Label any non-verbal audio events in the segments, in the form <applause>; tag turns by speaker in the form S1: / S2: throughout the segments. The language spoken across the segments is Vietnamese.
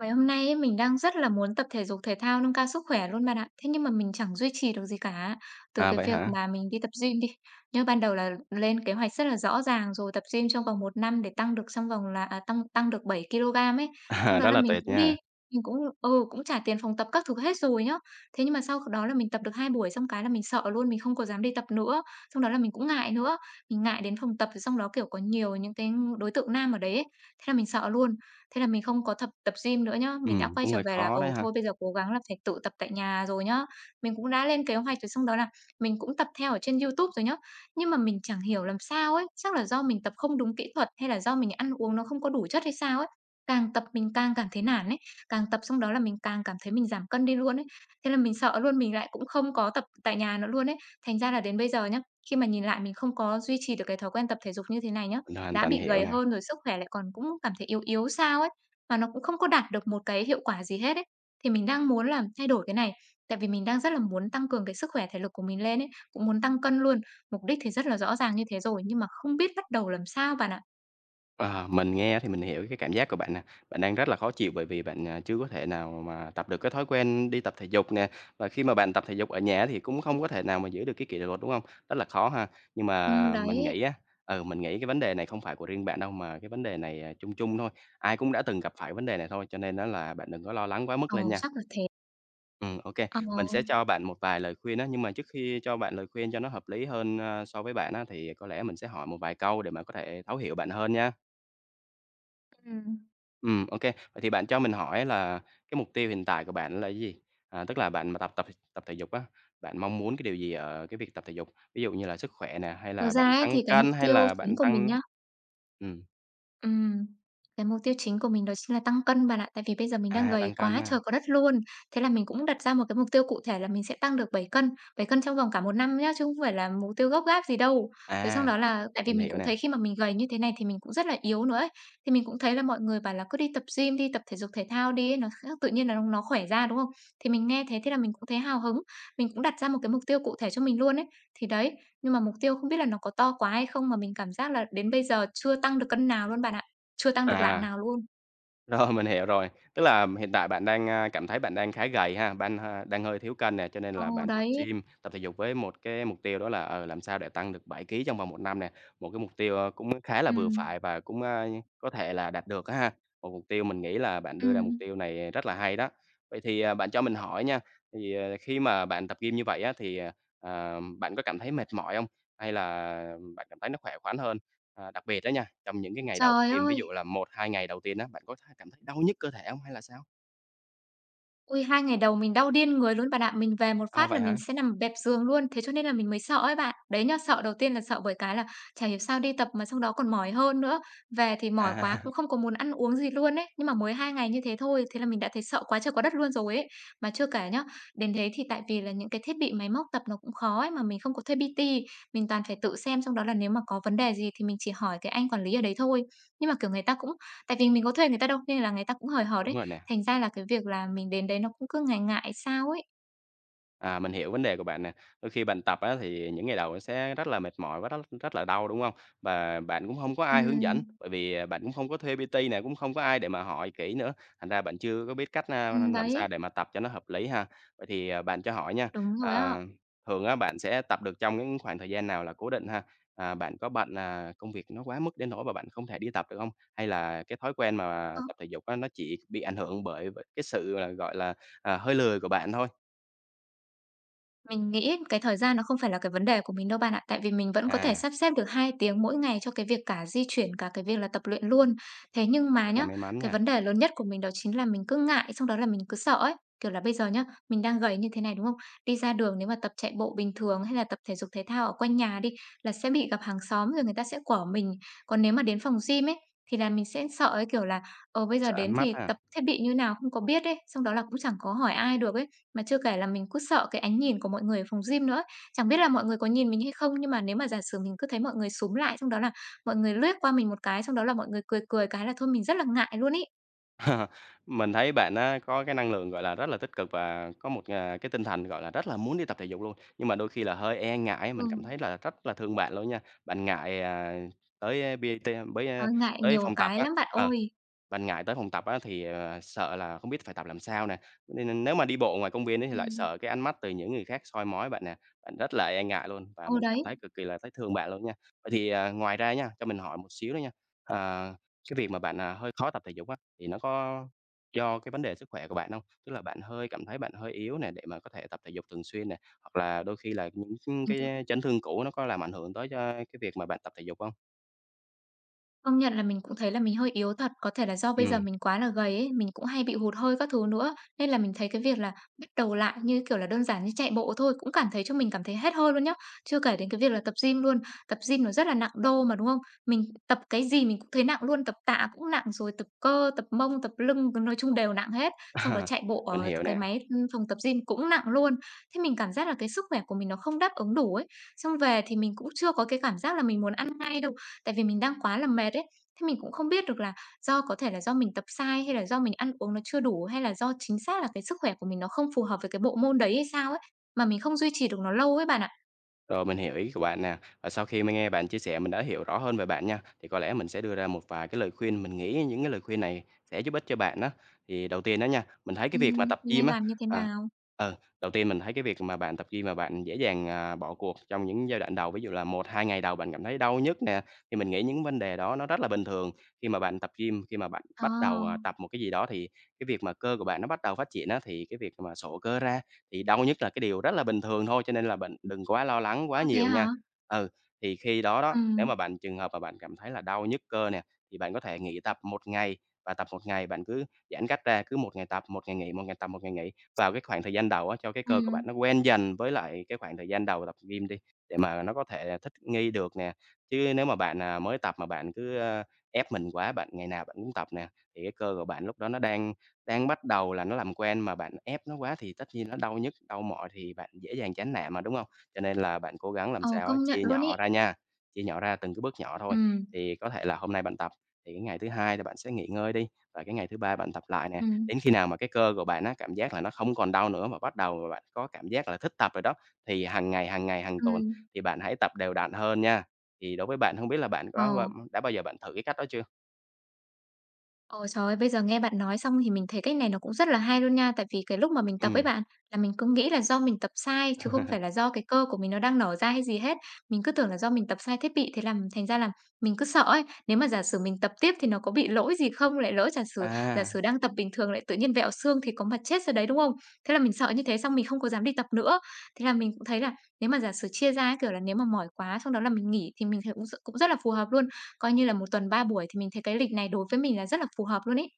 S1: Mấy hôm nay ấy, mình đang rất là muốn tập thể dục thể thao nâng cao sức khỏe luôn bạn ạ. Thế nhưng mà mình chẳng duy trì được gì cả. Từ
S2: À,
S1: cái
S2: vậy
S1: việc
S2: hả? <laughs>
S1: mà mình đi tập gym đi. Nhớ ban đầu là lên kế hoạch rất là rõ ràng rồi tập gym trong vòng một năm để tăng được trong vòng là à, tăng tăng được 7 kg ấy. Xong
S2: À,
S1: đó
S2: rất
S1: là
S2: là
S1: mình
S2: tuyệt
S1: cũng đi,
S2: nha.
S1: mình cũng ừ cũng trả tiền phòng tập các thứ hết rồi nhá. Thế nhưng mà sau đó là mình tập được 2 buổi xong cái là mình sợ luôn, mình không có dám đi tập nữa. Xong đó là mình cũng ngại nữa. Mình ngại đến phòng tập xong đó kiểu có nhiều những cái đối tượng nam ở đấy ấy. Thế là mình sợ luôn. Thế là mình không có tập tập gym nữa nhá, mình đã quay
S2: Cũng
S1: trở
S2: hơi
S1: về là,
S2: khó
S1: ừ,
S2: đấy ha.
S1: thôi bây giờ cố gắng là phải tự tập tại nhà rồi nhá. Mình cũng đã lên kế hoạch rồi xong đó là mình cũng tập theo ở trên YouTube rồi nhá. Nhưng mà mình chẳng hiểu làm sao ấy, chắc là do mình tập không đúng kỹ thuật hay là do mình ăn uống nó không có đủ chất hay sao ấy. Càng tập mình càng cảm thấy nản ấy, càng tập xong đó là mình càng cảm thấy mình giảm cân đi luôn ấy. Thế là mình sợ luôn, mình lại cũng không có tập tại nhà nữa luôn ấy. Thành ra là đến bây giờ nhá, khi mà nhìn lại mình không có duy trì được cái thói quen tập thể dục như thế này nhá,
S2: Mình hoàn
S1: đã
S2: toàn
S1: bị
S2: hiểu
S1: gầy
S2: nè.
S1: hơn rồi sức khỏe lại còn cũng cảm thấy yếu yếu sao ấy, mà nó cũng không có đạt được một cái hiệu quả gì hết ấy. Thì mình đang muốn là thay đổi cái này, tại vì mình đang rất là muốn tăng cường cái sức khỏe thể lực của mình lên ấy, cũng muốn tăng cân luôn. Mục đích thì rất là rõ ràng như thế rồi, nhưng mà không biết bắt đầu làm sao bạn ạ.
S2: Ờ, mình nghe thì mình hiểu cái cảm giác của bạn nè. Bạn đang rất là khó chịu bởi vì bạn, chưa có thể nào mà tập được cái thói quen đi tập thể dục nè, và khi mà bạn tập thể dục ở nhà thì cũng không có thể nào mà giữ được cái kỷ luật, đúng không? Rất là khó ha. Nhưng mà mình
S1: Đấy,
S2: nghĩ á, mình nghĩ cái vấn đề này không phải của riêng bạn đâu, mà cái vấn đề này, chung chung thôi. Ai cũng đã từng gặp phải vấn đề này thôi, cho nên đó là bạn đừng có lo lắng quá mức
S1: ờ,
S2: lên nha.
S1: chắc là thế.
S2: Ừ, ok.
S1: Ờ,
S2: Mình sẽ cho bạn một vài lời khuyên á, nhưng mà trước khi cho bạn lời khuyên cho nó hợp lý hơn, so với bạn á, thì có lẽ mình sẽ hỏi một vài câu để mà có thể thấu hiểu bạn hơn nha.
S1: ừm.
S2: Ừ, ok. Vậy thì bạn cho mình hỏi là cái mục tiêu hiện tại của bạn là cái gì? À, tức là bạn mà tập tập tập thể dục á, bạn mong muốn cái điều gì ở cái việc tập thể dục? Ví dụ như là sức khỏe nè, hay
S1: Thực
S2: là bạn
S1: ra ấy
S2: tăng
S1: thì cái mục
S2: cân, hay
S1: tiêu
S2: là
S1: chính
S2: bạn
S1: của mình nhá.
S2: ừm,
S1: Ừm, cái mục tiêu chính của mình đó chính là tăng cân bạn ạ. Tại vì bây giờ mình đang
S2: à,
S1: gầy
S2: tăng cân
S1: quá
S2: ha.
S1: trời có đất luôn. Thế là mình cũng đặt ra một cái mục tiêu cụ thể là mình sẽ tăng được 7 cân, 7 cân trong vòng cả một năm nhá, chứ không phải là mục tiêu gấp gáp gì đâu. Rồi xong
S2: À,
S1: đó là tại vì
S2: mình
S1: mình
S2: hiểu
S1: cũng
S2: nè.
S1: thấy khi mà mình gầy như thế này thì mình cũng rất là yếu nữa ấy. Thì mình cũng thấy là mọi người bảo là cứ đi tập gym đi, tập thể dục thể thao đi ấy, nó sẽ tự nhiên là nó khỏe ra, đúng không? Thì mình nghe thế thế là mình cũng thấy hào hứng, mình cũng đặt ra một cái mục tiêu cụ thể cho mình luôn ấy. Thì đấy, nhưng mà mục tiêu không biết là nó có to quá hay không mà mình cảm giác là đến bây giờ chưa tăng được cân nào luôn bạn ạ, chưa tăng được lạng
S2: À.
S1: nào luôn.
S2: Rồi, <laughs> mình hiểu rồi. Tức là hiện tại bạn đang, cảm thấy bạn đang khá gầy ha, bạn ha đang hơi thiếu cân nè, cho nên
S1: Ờ,
S2: là bạn tập
S1: đấy.
S2: gym, tập thể dục với một cái mục tiêu đó là, làm sao để tăng được 7 ký trong vòng một năm nè. Một cái mục tiêu, cũng khá là vừa
S1: Ừm,
S2: phải và cũng, có thể là đạt được á ha. Một mục tiêu mình nghĩ là bạn đưa ra mục
S1: ừm.
S2: tiêu này rất là hay đó. Vậy thì, bạn cho mình hỏi nha, thì, khi mà bạn tập gym như vậy á thì, bạn có cảm thấy mệt mỏi không? Hay là bạn cảm thấy nó khỏe khoắn hơn? À, đặc biệt đó nha, trong những cái ngày đầu tập
S1: Trời
S2: gym, ví
S1: ơi!
S2: dụ là một 2 ngày đầu tiên á, bạn có cảm thấy đau nhức cơ thể không hay là sao?
S1: Ui, 2 ngày đầu mình đau điên người luôn bạn ạ. Mình về một
S2: À,
S1: phát là
S2: vậy
S1: mình
S2: hả?
S1: sẽ nằm bẹp giường luôn, thế cho nên là mình mới sợ ấy bạn. Đấy nhá, sợ đầu tiên là sợ bởi cái là chả hiểu sao đi tập mà xong đó còn mỏi hơn nữa. Về thì mỏi quá
S2: À,
S1: cũng
S2: <laughs>
S1: không có muốn ăn uống gì luôn ấy, nhưng mà mới 2 ngày như thế thôi, thế là mình đã thấy sợ quá trời quá đất luôn rồi ấy. Mà chưa kể nhá, đến đấy thì tại vì là những cái thiết bị máy móc tập nó cũng khó ấy, mà mình không có thuê PT, mình toàn phải tự xem, xong đó là nếu mà có vấn đề gì thì mình chỉ hỏi cái anh quản lý ở đấy thôi. Nhưng mà, kiểu, người ta cũng tại vì mình có thuê người ta đâu, nên là người ta cũng hời hợt
S2: đúng
S1: đấy.
S2: rồi nè.
S1: Thành ra là cái việc là mình đến đấy nó cũng cứ ngại ngại sao ấy.
S2: À, mình hiểu vấn đề của bạn nè. Đôi khi bạn tập á, thì những ngày đầu nó sẽ rất là mệt mỏi và rất rất là đau, đúng không? Và bạn cũng không có ai hướng
S1: Ừm,
S2: dẫn, bởi vì, bạn cũng không có thuê PT này, cũng không có ai để mà hỏi kỹ nữa, thành ra bạn chưa có biết cách, làm
S1: đấy,
S2: sao để mà tập cho nó hợp lý ha. Vậy thì, bạn cho hỏi nha,
S1: đúng rồi á.
S2: à, thường á, bạn sẽ tập được trong những khoảng thời gian nào là cố định ha? À, bạn có bận, là công việc nó quá mức đến nỗi mà bạn không thể đi tập được không? Hay là cái thói quen mà
S1: Ờ.
S2: tập thể dục á, nó chỉ bị ảnh hưởng bởi bởi cái sự là, gọi là, hơi lười của bạn thôi?
S1: Mình nghĩ cái thời gian nó không phải là cái vấn đề của mình đâu bạn ạ. Tại vì mình vẫn có thể
S2: À.
S1: sắp xếp được 2 tiếng mỗi ngày cho cái việc cả di chuyển, cả cái việc là tập luyện luôn. Thế nhưng mà
S2: Rất là
S1: nhá,
S2: may mắn
S1: cái
S2: nha.
S1: vấn đề lớn nhất của mình đó chính là mình cứ ngại, xong đó là mình cứ sợ ấy. Kiểu là bây giờ nhá, mình đang gầy như thế này đúng không? Đi ra đường nếu mà tập chạy bộ bình thường hay là tập thể dục thể thao ở quanh nhà đi là sẽ bị gặp hàng xóm rồi người ta sẽ quở mình. Còn nếu mà đến phòng gym ấy thì là mình sẽ sợ ấy, kiểu là ờ bây giờ
S2: Sợ
S1: đến
S2: ánh mắt
S1: thì
S2: ha.
S1: tập thiết bị như nào không có biết ấy, xong đó là cũng chẳng có hỏi ai được ấy. Mà chưa kể là mình cứ sợ cái ánh nhìn của mọi người ở phòng gym nữa ấy. Chẳng biết là mọi người có nhìn mình hay không, nhưng mà nếu mà giả sử mình cứ thấy mọi người xúm lại, xong đó là mọi người lướt qua mình một cái, xong đó là mọi người cười cười cái là thôi mình rất là ngại luôn ấy.
S2: <laughs> Mình thấy bạn á có cái năng lượng, gọi là, rất là tích cực và có một, cái tinh thần, gọi là, rất là muốn đi tập thể dục luôn, nhưng mà đôi khi là hơi e ngại, mình cảm
S1: Ừm,
S2: thấy là rất là thương bạn luôn nha. Bạn ngại tới PT tới,
S1: ờ,
S2: a,
S1: ngại
S2: tới
S1: nhiều
S2: phòng tập
S1: cái
S2: á.
S1: lắm bạn
S2: Ờ.
S1: ơi.
S2: Ban ngày tới phòng tập á thì, sợ là không biết phải tập làm sao nè, nên nên nếu mà đi bộ ngoài công viên ấy thì lại
S1: Ừm.
S2: sợ cái ánh mắt từ những người khác soi mói bạn nè, bạn rất là e ngại luôn và
S1: Ừ,
S2: mình cảm
S1: đấy,
S2: thấy cực kỳ là thấy thương bạn luôn nha. Vậy thì, ngoài ra nha, cho mình hỏi một xíu nữa nha, ờ, cái việc mà bạn, hơi khó tập thể dục á, thì nó có do cái vấn đề sức khỏe của bạn không? Tức là bạn hơi cảm thấy bạn hơi yếu nè để mà có thể tập thể dục thường xuyên nè, hoặc là đôi khi là
S1: mình cũng
S2: cái chấn thương cũ nó có làm ảnh hưởng tới cho cái việc mà bạn tập thể dục không?
S1: công nhận là mình cũng thấy là mình hơi yếu thật, có thể là do bây giờ
S2: Ừ.
S1: mình quá là gầy ấy, mình cũng hay bị hụt hơi các thứ nữa, nên là mình thấy cái việc là bắt đầu lại như, kiểu là, đơn giản như chạy bộ thôi cũng cảm thấy cho mình cảm thấy hết hơi luôn nhá. Chưa kể đến cái việc là tập gym luôn, tập gym nó rất là nặng đô mà, đúng không? Mình tập cái gì mình cũng thấy nặng luôn, tập tạ cũng nặng rồi tập cơ, tập mông, tập lưng, nói chung đều nặng hết, xong đó
S2: <laughs>
S1: chạy bộ
S2: Mình
S1: ở
S2: hiểu
S1: cái
S2: nè.
S1: máy, phòng tập gym cũng nặng luôn. Thế mình cảm giác là cái sức khỏe của mình nó không đáp ứng đủ ấy, xong về thì mình cũng chưa có cái cảm giác là mình muốn ăn ngay đâu. Tại vì mình đang quá là mệt ấy, thế mình cũng không biết được là do có thể là do mình tập sai hay là do mình ăn uống nó chưa đủ, hay là do chính xác là cái sức khỏe của mình nó không phù hợp với cái bộ môn đấy hay sao ấy, mà mình không duy trì được nó lâu ấy bạn ạ.
S2: Rồi, mình hiểu ý của bạn nè. Và sau khi mà nghe bạn chia sẻ, mình đã hiểu rõ hơn về bạn nha. Thì có lẽ mình sẽ đưa ra một vài cái lời khuyên, mình nghĩ những cái lời khuyên này sẽ giúp ích cho bạn đó. Thì đầu tiên đó nha, mình thấy cái việc mà tập
S1: Mình nên
S2: gym á,
S1: làm như thế
S2: à,
S1: nào?
S2: ừ, đầu tiên mình thấy cái việc mà bạn tập gym mà bạn dễ dàng, bỏ cuộc trong những giai đoạn đầu, ví dụ là một 2 ngày đầu bạn cảm thấy đau nhức nè, thì mình nghĩ những vấn đề đó nó rất là bình thường. Khi mà bạn tập gym, khi mà bạn
S1: Ờ,
S2: bắt đầu, tập một cái gì đó thì cái việc mà cơ của bạn nó bắt đầu phát triển á, thì cái việc mà sổ cơ ra thì đau nhức là cái điều rất là bình thường thôi, cho nên là bạn đừng quá lo lắng
S1: ơ,
S2: quá
S1: thế
S2: nhiều
S1: hả?
S2: nha. Ừ, thì khi đó đó, nếu
S1: Ừm,
S2: mà bạn trường hợp mà bạn cảm thấy là đau nhức cơ nè, thì bạn có thể nghỉ tập một ngày và tập một ngày bạn cứ giãn cách ra, cứ một ngày tập, một ngày nghỉ, một ngày tập, một ngày nghỉ. Vào cái khoảng thời gian đầu á, cho cái cơ của
S1: ừm,
S2: bạn nó quen dần với lại cái khoảng thời gian đầu tập gym đi, để mà nó có thể là thích nghi được nè. Chứ nếu mà bạn, mới tập mà bạn cứ, ép mình quá, bạn ngày nào bạn cũng tập nè, thì cái cơ của bạn lúc đó nó đang đang bắt đầu là nó làm quen mà bạn ép nó quá thì tất nhiên nó đau nhức, đau mỏi thì bạn dễ dàng chán nản mà, đúng không? Cho nên là bạn cố gắng làm
S1: ờ,
S2: sao á
S1: công nhận
S2: chia
S1: luôn ấy.
S2: nhỏ ra nha, chia nhỏ ra từng cái bước nhỏ thôi.
S1: Ừm,
S2: Thì có thể là hôm nay bạn tập, thì cái ngày thứ hai thì bạn sẽ nghỉ ngơi đi, và cái ngày thứ ba bạn tập lại nè.
S1: ừm,
S2: Đến khi nào mà cái cơ của bạn á, cảm giác là nó không còn đau nữa mà bắt đầu mà bạn có cảm giác là thích tập rồi đó, thì hàng ngày, hàng ngày, hàng tuần
S1: ừm,
S2: thì bạn hãy tập đều đặn hơn nha. Thì đối với bạn, không biết là bạn có
S1: ờ.
S2: đã bao giờ bạn thử cái cách đó chưa?
S1: Ồ, trời ơi, bây giờ nghe bạn nói xong thì mình thấy cách này nó cũng rất là hay luôn nha. Tại vì cái lúc mà mình tập ấy
S2: Ừm.
S1: bạn, là mình cứ nghĩ là do mình tập sai chứ không phải là
S2: <laughs>
S1: do cái cơ của mình nó đang nở ra hay gì hết. Mình cứ tưởng là do mình tập sai thiết bị thế làm thành ra là mình cứ sợ ấy, nếu mà giả sử mình tập tiếp thì nó có bị lỗi gì không, lại lỡ giả sử giả
S2: À.
S1: sử đang tập bình thường lại tự nhiên vẹo xương thì có mà chết ra đấy, đúng không? Thế là mình sợ như thế xong mình không có dám đi tập nữa. Thế là mình cũng thấy là nếu mà giả sử chia ra ấy, kiểu là nếu mà mỏi quá xong đó là mình nghỉ thì mình thấy cũng cũng rất là phù hợp luôn. Coi như là một tuần 3 buổi thì mình thấy cái lịch này đối với mình là rất là phù hợp luôn ấy.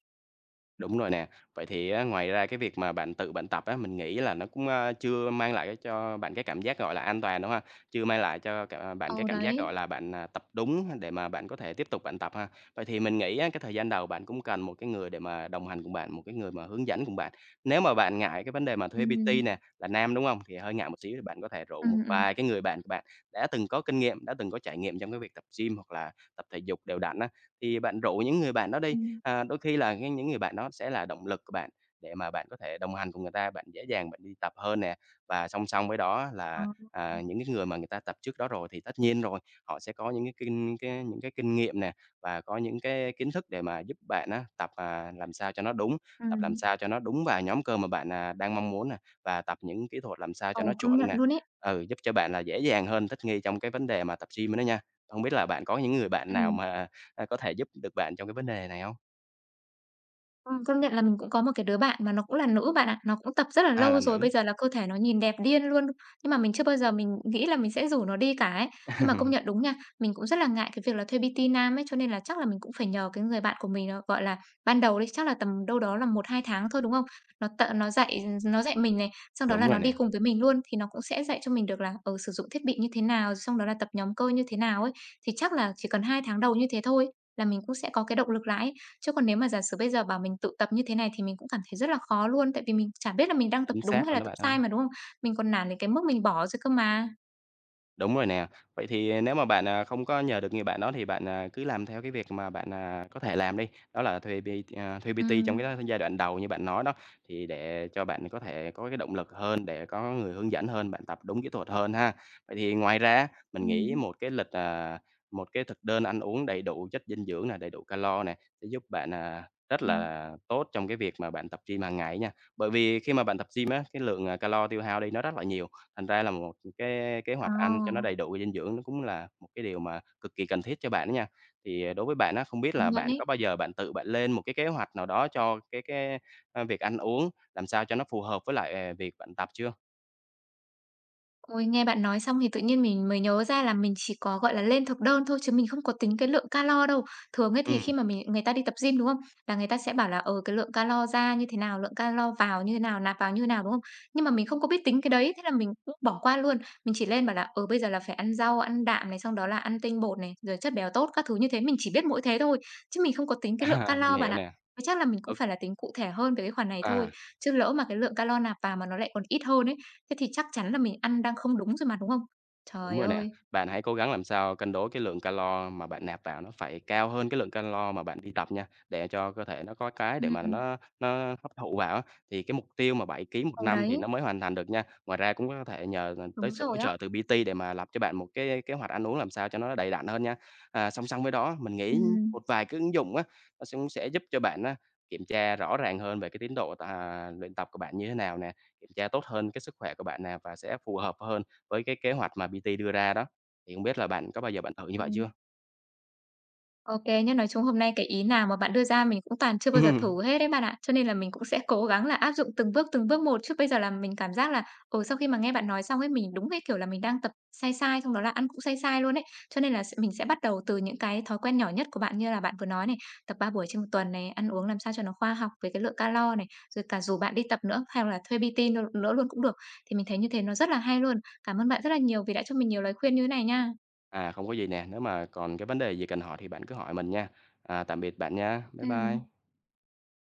S2: Đúng rồi nè. Vậy thì á, ngoài ra cái việc mà bạn tự bạn tập á, mình nghĩ là nó cũng, chưa mang lại cho bạn cái cảm giác, gọi là, an toàn đúng không? Chưa mang lại cho cảm bạn cái
S1: Ừ,
S2: cảm giác,
S1: đấy.
S2: gọi là, bạn, tập đúng để mà bạn có thể tiếp tục bạn tập ha. Vậy thì mình nghĩ á, cái thời gian đầu bạn cũng cần một cái người để mà đồng hành cùng bạn, một cái người mà hướng dẫn cùng bạn. Nếu mà bạn ngại cái vấn đề mà thuê
S1: Ừm.
S2: PT nè, là nam, đúng không? Thì hơi ngại một xíu thì bạn có thể rủ một
S1: Ừm, ừm.
S2: vài cái người bạn của bạn đã từng có kinh nghiệm, đã từng có trải nghiệm trong cái việc tập gym hoặc là tập thể dục đều đặn á, thì bạn rủ những người bạn đó đi.
S1: Ừm.
S2: À, đôi khi là cái những người bạn đó sẽ là động lực của bạn để mà bạn có thể đồng hành cùng người ta, bạn dễ dàng bạn đi tập hơn nè. Và song song với đó
S1: Ờ.
S2: là, những cái người mà người ta tập trước đó rồi thì tất nhiên rồi, họ sẽ có những cái kinh nghiệm nè, và có những cái kiến thức để mà giúp bạn á, tập, làm sao cho nó đúng, tập làm
S1: Ừm.
S2: sao cho nó đúng vào nhóm cơ mà bạn, đang mong muốn nè, và tập những kỹ thuật làm sao cho nó
S1: Ồ, công
S2: chuẩn
S1: nhận
S2: nè.
S1: luôn ấy.
S2: Ừ, giúp cho bạn là dễ dàng hơn, thích nghi trong cái vấn đề mà tập gym đó nha. Không biết là bạn có những người bạn nào
S1: Ừm.
S2: mà, có thể giúp được bạn trong cái vấn đề này không?
S1: Công nhận là mình cũng có một cái đứa bạn mà nó cũng là nữ bạn ạ, nó cũng tập rất là
S2: À,
S1: lâu
S2: là
S1: rồi,
S2: nữ.
S1: bây giờ là cơ thể nó nhìn đẹp điên luôn. Nhưng mà mình chưa bao giờ mình nghĩ là mình sẽ rủ nó đi cả ấy. Nhưng mà công nhận
S2: <laughs>
S1: đúng nha, mình cũng rất là ngại cái việc là thuê PT nam ấy, cho nên là chắc là mình cũng phải nhờ cái người bạn của mình, gọi là, ban đầu đi, chắc là tầm đâu đó là một hai tháng thôi, đúng không? Nó t nó dạy nó dạy mình này, xong đó
S2: Đúng
S1: là nó
S2: rồi
S1: đi
S2: nè,
S1: cùng với mình luôn, thì nó cũng sẽ dạy cho mình được là, ừ, sử dụng thiết bị như thế nào, xong đó là tập nhóm cơ như thế nào ấy. Thì chắc là chỉ cần 2 tháng đầu như thế thôi là mình cũng sẽ có cái động lực lại ấy. Chứ còn nếu mà giả sử bây giờ bảo mình tự tập như thế này thì mình cũng cảm thấy rất là khó luôn, tại vì mình chả biết là mình đang tập
S2: chính
S1: đúng
S2: xác
S1: hay
S2: luôn
S1: là
S2: đó
S1: tập
S2: bạn ơi.
S1: sai mà, đúng không? Mình còn nản đến cái mức mình bỏ rồi cơ mà.
S2: Đúng rồi nè. Vậy thì nếu mà bạn, không có nhờ được người bạn đó thì bạn, cứ làm theo cái việc mà bạn, có thể làm đi, đó là thuê PT trong cái
S1: Ừm.
S2: giai đoạn đầu như bạn nói đó, thì để cho bạn có thể có cái động lực hơn, để có người hướng dẫn hơn, bạn tập đúng kỹ thuật hơn ha. Vậy thì ngoài ra mình nghĩ
S1: Ừm,
S2: một cái thực đơn ăn uống đầy đủ chất dinh dưỡng này, đầy đủ calo này sẽ giúp bạn, rất
S1: ừm.
S2: là tốt trong cái việc mà bạn tập gym hàng ngày nha. Bởi vì khi mà bạn tập gym á, cái lượng, calo tiêu hao đi nó rất là nhiều. Thành ra là một cái kế
S1: Ờ,
S2: hoạch ăn cho nó đầy đủ về dinh dưỡng nó cũng là một cái điều mà cực kỳ cần thiết cho bạn đó nha. Thì, đối với bạn á, không biết
S1: công
S2: là
S1: nhận
S2: bạn
S1: ấy.
S2: có bao giờ bạn tự bạn lên một cái kế hoạch nào đó cho cái, việc ăn uống làm sao cho nó phù hợp với lại, việc bạn tập chưa?
S1: Ôi, nghe bạn nói xong thì tự nhiên mình mới nhớ ra là mình chỉ có, gọi là, lên thực đơn thôi chứ mình không có tính cái lượng calo đâu. Thường ấy thì khi
S2: Ừm,
S1: mà mình người ta đi tập gym, đúng không? Là người ta sẽ bảo là, ừ, cái lượng calo ra như thế nào, lượng calo vào như thế nào, nạp vào như thế nào, đúng không? Nhưng mà mình không có biết tính cái đấy, thế là mình cũng bỏ qua luôn. Mình chỉ lên bảo là, ừ, bây giờ là phải ăn rau, ăn đạm này, xong đó là ăn tinh bột này, rồi chất béo tốt các thứ như thế, mình chỉ biết mỗi thế thôi, chứ mình không có tính
S2: <laughs>
S1: cái lượng
S2: mình
S1: calo bạn
S2: hiểu
S1: ạ.
S2: nè.
S1: Chắc là mình cũng
S2: Ô,
S1: phải là tính cụ thể hơn về cái khoản này thôi,
S2: à.
S1: chứ lỡ mà cái lượng calo nạp vào mà nó lại còn ít hơn ấy, thế thì chắc chắn là mình ăn đang không đúng rồi mà, đúng không?
S2: Đúng
S1: Trời
S2: rồi nè,
S1: ơi!
S2: bạn hãy cố gắng làm sao cân đối cái lượng calo mà bạn nạp vào nó phải cao hơn cái lượng calo mà bạn đi tập nha, để cho cơ thể nó có cái để mà
S1: Ừm,
S2: nó hấp thụ vào á. Thì cái mục tiêu mà 7 ký một
S1: ừ,
S2: năm thì
S1: đấy,
S2: nó mới hoàn thành được nha. Ngoài ra cũng có thể nhờ tới
S1: đúng
S2: sự hỗ
S1: rồi á.
S2: trợ từ PT để mà lập cho bạn một cái kế hoạch ăn uống làm sao cho nó đầy đặn hơn nha. À, song song với đó mình nghĩ
S1: Ừm,
S2: một vài cái ứng dụng á, nó cũng sẽ giúp cho bạn á, kiểm tra rõ ràng hơn về cái tiến độ, luyện tập của bạn như thế nào nè, kiểm tra tốt hơn cái sức khỏe của bạn nè và sẽ phù hợp hơn với cái kế hoạch mà PT đưa ra đó, thì không biết là bạn có bao giờ bạn thử như vậy
S1: ừm.
S2: chưa?
S1: OK, nhưng nói chung hôm nay cái ý nào mà bạn đưa ra mình cũng toàn chưa bao giờ thử
S2: <laughs>
S1: hết đấy bạn ạ. Cho nên là mình cũng sẽ cố gắng là áp dụng từng bước một, chứ bây giờ là mình cảm giác là, ừ, sau khi mà nghe bạn nói xong ấy, mình đúng cái kiểu là mình đang tập sai sai, xong đó là ăn cũng sai sai luôn ấy. Cho nên là s Mình sẽ bắt đầu từ những cái thói quen nhỏ nhất của bạn như là bạn vừa nói này, tập 3 buổi trên một tuần này, ăn uống làm sao cho nó khoa học về cái lượng calo này, rồi cả dù bạn đi tập nữa, hay là thuê PT nữa nữa luôn cũng được. Thì mình thấy như thế nó rất là hay luôn. Cảm ơn bạn rất là nhiều vì đã cho mình nhiều lời khuyên như thế này nha.
S2: À, không có gì nè, nếu mà còn cái vấn đề gì cần hỏi thì bạn cứ hỏi mình nha. À, tạm biệt bạn nha. Bye
S1: Ừm.
S2: bye.